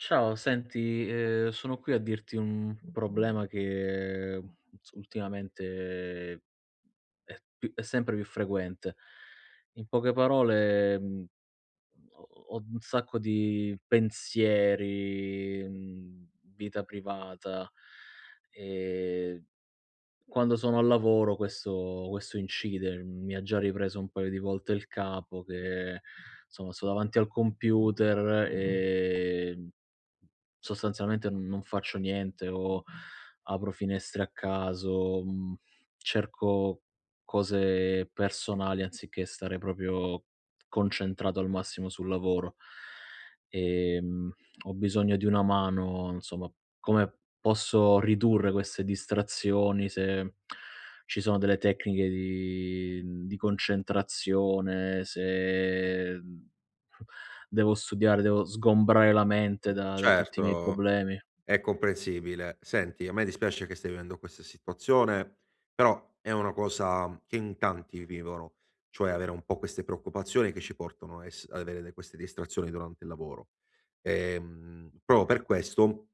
Ciao, senti, sono qui a dirti un problema che, ts ultimamente è più è sempre più frequente. In poche parole, ho ho un sacco di pensieri, vita privata, ehm quando sono al lavoro questo incide, mi ha già ripreso un paio di volte il capo che, insomma, sto davanti al computer e sostanzialmente non faccio niente o apro finestre a caso, cerco cose personali anziché stare proprio concentrato al massimo sul lavoro. Ehm, Ho bisogno di una mano, insomma, come posso ridurre queste distrazioni, se ci sono delle tecniche di di concentrazione, se, devo studiare, devo sgombrare la mente da tutti i miei Certo, problemi. è comprensibile. Senti, a me dispiace che stai vivendo questa situazione, però è una cosa che in tanti vivono, cioè avere un po' queste preoccupazioni che ci portano a ess ad avere de queste distrazioni durante il lavoro. Proprio per questo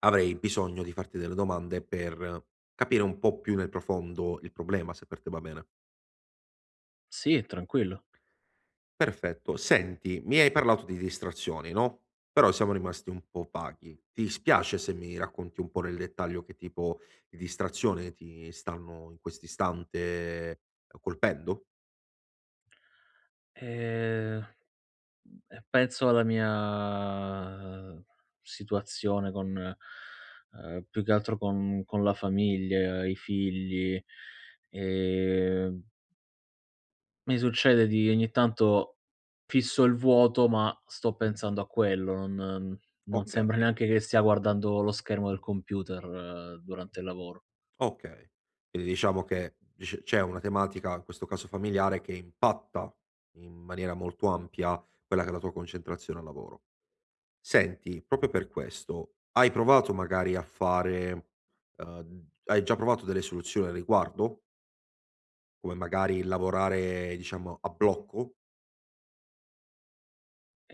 avrei bisogno di farti delle domande per capire un po' più nel profondo il problema, se per te va bene. Sì, tranquillo. Perfetto. Senti, mi hai parlato di distrazioni, no, però siamo rimasti un po' vaghi. Ti spiace se mi racconti un po' nel dettaglio che tipo di distrazione ti stanno in quest'istante, colpendo? Ehm, e penso alla mia situazione con più che altro con la famiglia, i figli, ehm mi succede di ogni tanto fisso il vuoto, ma sto pensando a quello, non Okay, sembra neanche che stia guardando lo schermo del computer durante il lavoro. okay. Quindi diciamo che dice c'è una tematica, in questo caso familiare, che impatta in maniera molto ampia quella che è la tua concentrazione al lavoro. Senti, proprio per questo, hai provato magari a fare hai già provato delle soluzioni al riguardo? Come magari lavorare, diciamo, a blocco?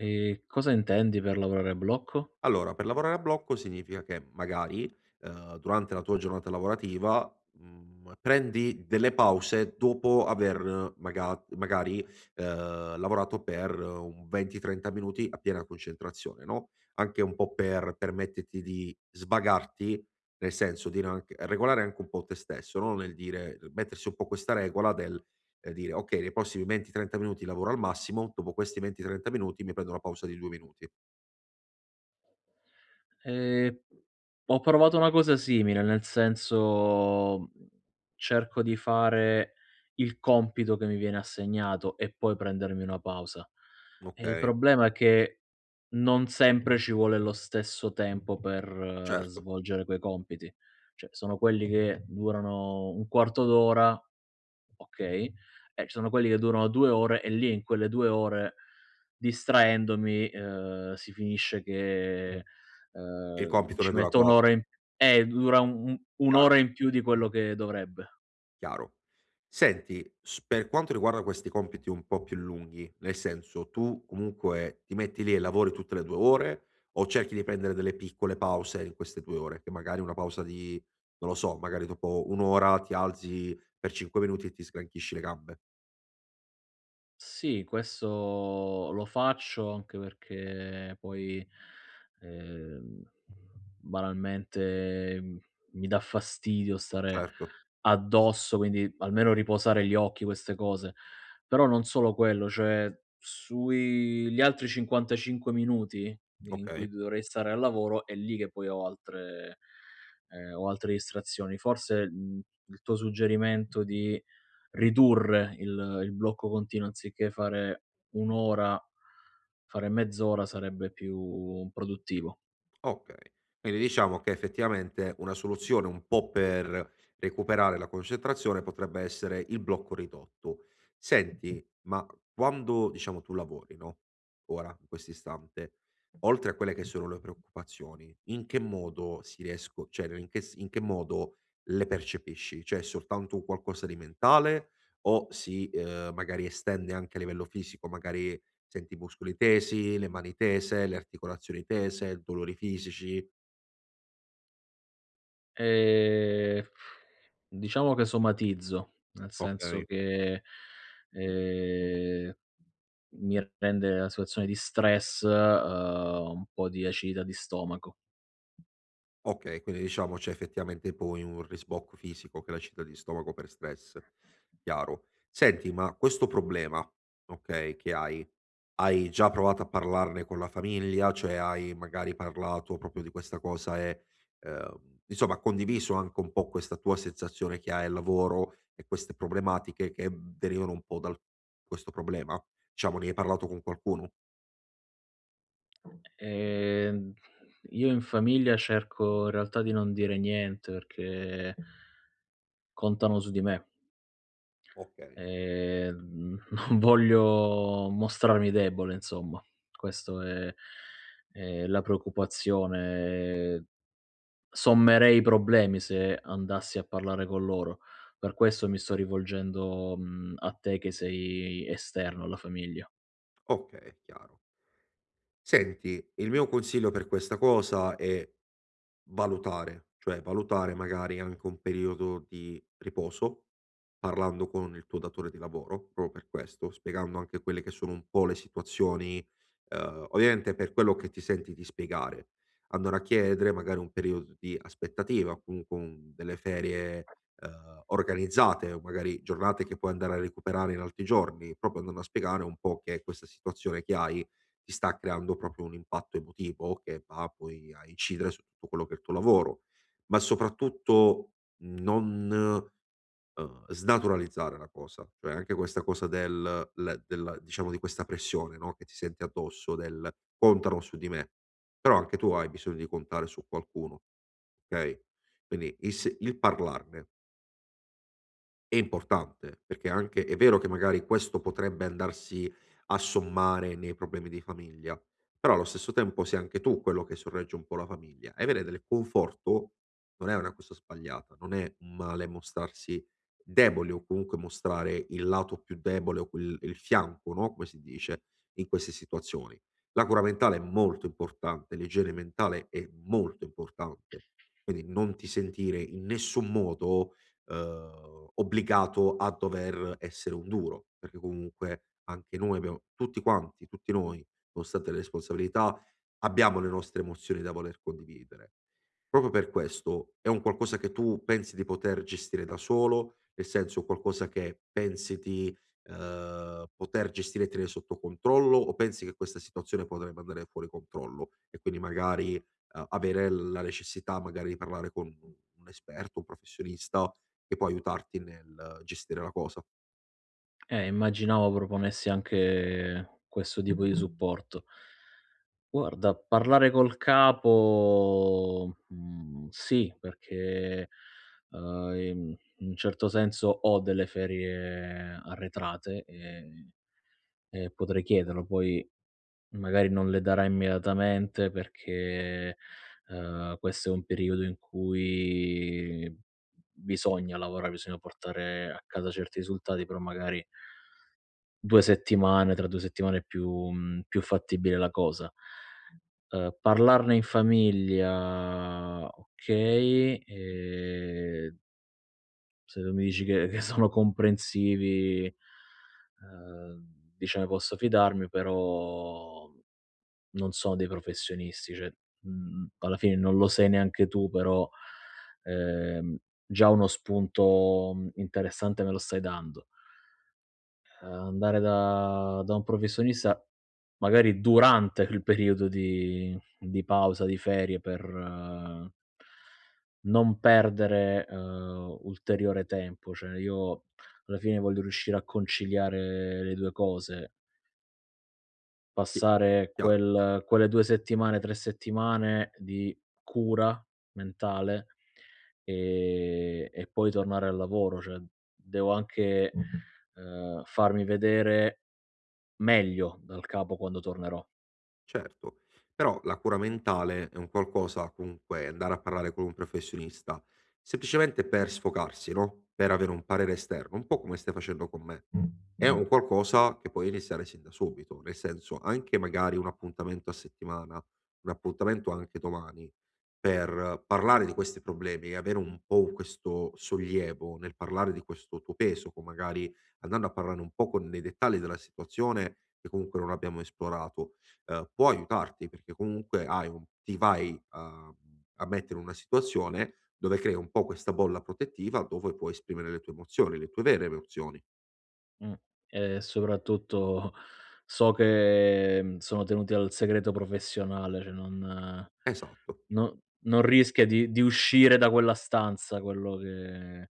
E cosa intendi per lavorare a blocco? Allora, per lavorare a blocco significa che magari, durante la tua giornata lavorativa, prendi delle pause dopo aver magari, lavorato per un 20, 30 minuti a piena concentrazione, no, anche un po' per permetterti di svagarti, nel senso dire anche regolare anche un po' te stesso, no, nel dire mettersi un po' questa regola del, dire: "Okay, nei prossimi 20, 30 minuti lavoro al massimo, dopo questi 20, 30 minuti mi prendo una pausa di 2 minuti." Ehm, Ho provato una cosa simile, nel senso, cerco di fare il compito che mi viene assegnato e poi prendermi una pausa. E il Okay. problema è che non sempre ci vuole lo stesso tempo per Certo, svolgere quei compiti. Cioè, sono quelli che durano un quarto d'ora, okay, e ci sono quelli che durano 2 ore e lì in quelle 2 ore, distraendomi, si finisce che, il compito ne ci dura metto 1 ora 4, in dura un un chiaro, un'ora in più di quello che dovrebbe. chiaro. Senti, s per quanto riguarda questi compiti un po' più lunghi, nel senso, tu comunque ti metti lì e lavori tutte le 2 ore, o cerchi di prendere delle piccole pause in queste 2 ore? Che magari una pausa di non lo so, magari dopo 1 ora ti alzi per 5 minuti e ti sgranchisci le gambe. Sì, questo lo faccio anche perché poi, ehm, banalmente, mi dà fastidio stare Certo, addosso, quindi almeno riposare gli occhi, queste cose. Però non solo quello, cioè sui gli altri 55 minuti di in okay. cui dovrei stare al lavoro, è lì che poi ho altre distrazioni. Forse, il tuo suggerimento di ridurre il blocco continuo, anziché fare 1 ora, fare mezz'ora sarebbe più produttivo. Okay. Quindi diciamo che effettivamente una soluzione un po' per recuperare la concentrazione potrebbe essere il blocco ridotto. Senti, ma quando diciamo tu lavori, no, ora in questo istante, oltre a quelle che sono le preoccupazioni, in che modo si riesco cioè in che modo le percepisci? Cioè è soltanto un qualcosa di mentale o si, magari estende anche a livello fisico, magari senti i muscoli tesi, le mani tese, le articolazioni tese, dolori fisici? Ehm, diciamo che somatizzo, nel senso Okay. che, ehm, mi rende la situazione di stress, un po' di acidità di stomaco. Okay, quindi diciamo c'è effettivamente poi un risbocco fisico che è la acidità di stomaco per stress. Chiaro. Senti, ma questo problema, okay, che hai, hai già provato a parlarne con la famiglia? Cioè hai magari parlato proprio di questa cosa e, insomma condiviso anche un po' questa tua sensazione che hai al lavoro e queste problematiche che derivano un po' dal questo problema? Diciamo ne hai parlato con qualcuno? Ehm, io in famiglia cerco in realtà di non dire niente, perché contano su di me. Okay, non voglio mostrarmi debole insomma. Questo è È la preoccupazione. Sommerei i problemi se andassi a parlare con loro. Per questo mi sto rivolgendo, a te che sei esterno alla famiglia. okay, chiaro. Senti, il mio consiglio per questa cosa è valutare, cioè valutare magari anche un periodo di riposo, parlando con il tuo datore di lavoro, proprio per questo, spiegando anche quelle che sono un po' le situazioni, ovviamente per quello che ti senti di spiegare. Andare a chiedere magari un periodo di aspettativa, comunque delle ferie eh, organizzate, o magari giornate che puoi andare a recuperare in altri giorni, proprio andando a spiegare un po' che è questa situazione che hai ti sta creando proprio un impatto emotivo che va poi a incidere su tutto quello che è il tuo lavoro, ma soprattutto non, snaturalizzare la cosa, cioè anche questa cosa del diciamo di questa pressione, no, che ti senti addosso del: "Contano su di me", però anche tu hai bisogno di contare su qualcuno, okay? Quindi il parlarne è importante, perché anche è vero che magari questo potrebbe andarsi a sommare nei problemi di famiglia, però allo stesso tempo sei anche tu quello che sorregge un po' la famiglia e vedere del conforto non è una cosa sbagliata, non è un male mostrarsi deboli o comunque mostrare il lato più debole o il fianco, no, come si dice, in queste situazioni. La cura mentale è molto importante, l'igiene mentale è molto importante, quindi non ti sentire in nessun modo obbligato a dover essere un duro, perché comunque anche noi abbiamo tutti quanti, tutti noi, nonostante le responsabilità, abbiamo le nostre emozioni da voler condividere. Proprio per questo è un qualcosa che tu pensi di poter gestire da solo, nel senso qualcosa che pensi di, poter gestire e tenere sotto controllo o pensi che questa situazione potrebbe andare fuori controllo e quindi magari, avere la necessità magari di parlare con un esperto, un professionista che può aiutarti nel gestire la cosa. Immaginavo proponessi anche questo tipo di supporto. Guarda, parlare col capo, sì, perché, in un certo senso ho delle ferie arretrate, e potrei chiederlo. Poi magari non le darà immediatamente perché, questo è un periodo in cui bisogna lavorare, bisogna portare a casa certi risultati, però magari 2 settimane, tra 2 settimane è più più fattibile la cosa. Parlarne in famiglia, okay, se tu mi dici che sono comprensivi, diciamo posso fidarmi, però non sono dei professionisti, cioè, alla fine non lo sei neanche tu, però, ehm, già uno spunto, interessante me lo stai dando. Andare da un professionista, magari durante il periodo di pausa, di ferie per non perdere, ulteriore tempo. Cioè io alla fine voglio riuscire a conciliare le 2 cose, Sì. passare Chiaro, quelle 2 settimane, 3 settimane di cura mentale, e poi tornare al lavoro. Cioè devo anche, farmi vedere meglio dal capo quando tornerò. certo. Però la cura mentale è un qualcosa comunque andare a parlare con un professionista, semplicemente per sfocarsi, no, per avere un parere esterno, un po' come stai facendo con me. È un qualcosa che puoi iniziare sin da subito, nel senso anche magari un appuntamento a settimana, un appuntamento anche domani, per parlare di questi problemi e avere un po' questo sollievo nel parlare di questo tuo peso, co magari andando a parlare un po' con nei dettagli della situazione che comunque non abbiamo esplorato, può aiutarti perché comunque hai un ti vai a a mettere in una situazione dove crei un po' questa bolla protettiva dove puoi esprimere le tue emozioni, le tue vere emozioni. Mh. E soprattutto so che, sono tenuti al segreto professionale, cioè non Esatto. no non rischia di uscire da quella stanza quello che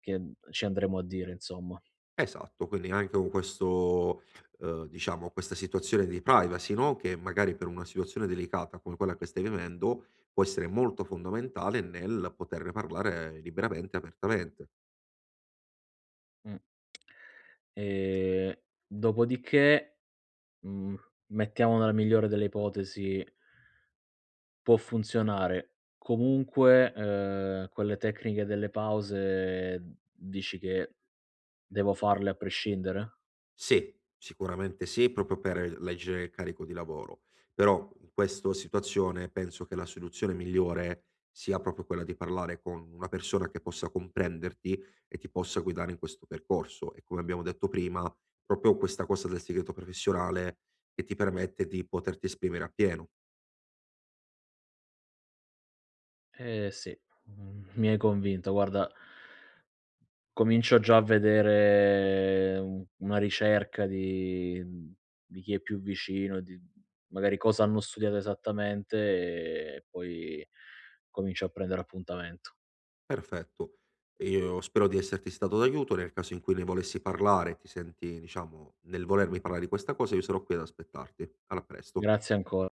che ci andremo a dire insomma. Esatto, quindi anche con questo diciamo questa situazione di privacy, no, che magari per una situazione delicata come quella che stai vivendo, può essere molto fondamentale nel poterne parlare liberamente e apertamente. Mh. Ehm, Dopodiché, mhmm, mettiamo nella migliore delle ipotesi, può funzionare. Comunque, quelle tecniche delle pause dici che devo farle a prescindere? Sì, sicuramente sì, proprio per leggere il carico di lavoro. Però in questa situazione penso che la soluzione migliore sia proprio quella di parlare con una persona che possa comprenderti e ti possa guidare in questo percorso. E come abbiamo detto prima, proprio questa cosa del segreto professionale che ti permette di poterti esprimere appieno. Eh sì, mi hai convinto. Guarda, comincio già a vedere un una ricerca di di chi è più vicino, di magari cosa hanno studiato esattamente e poi comincio a prendere appuntamento. Perfetto. Io spero di esserti stato d'aiuto. Nel caso in cui ne volessi parlare, ti senti, diciamo, nel volermi parlare di questa cosa, io sarò qui ad aspettarti. Alla presto. Grazie anco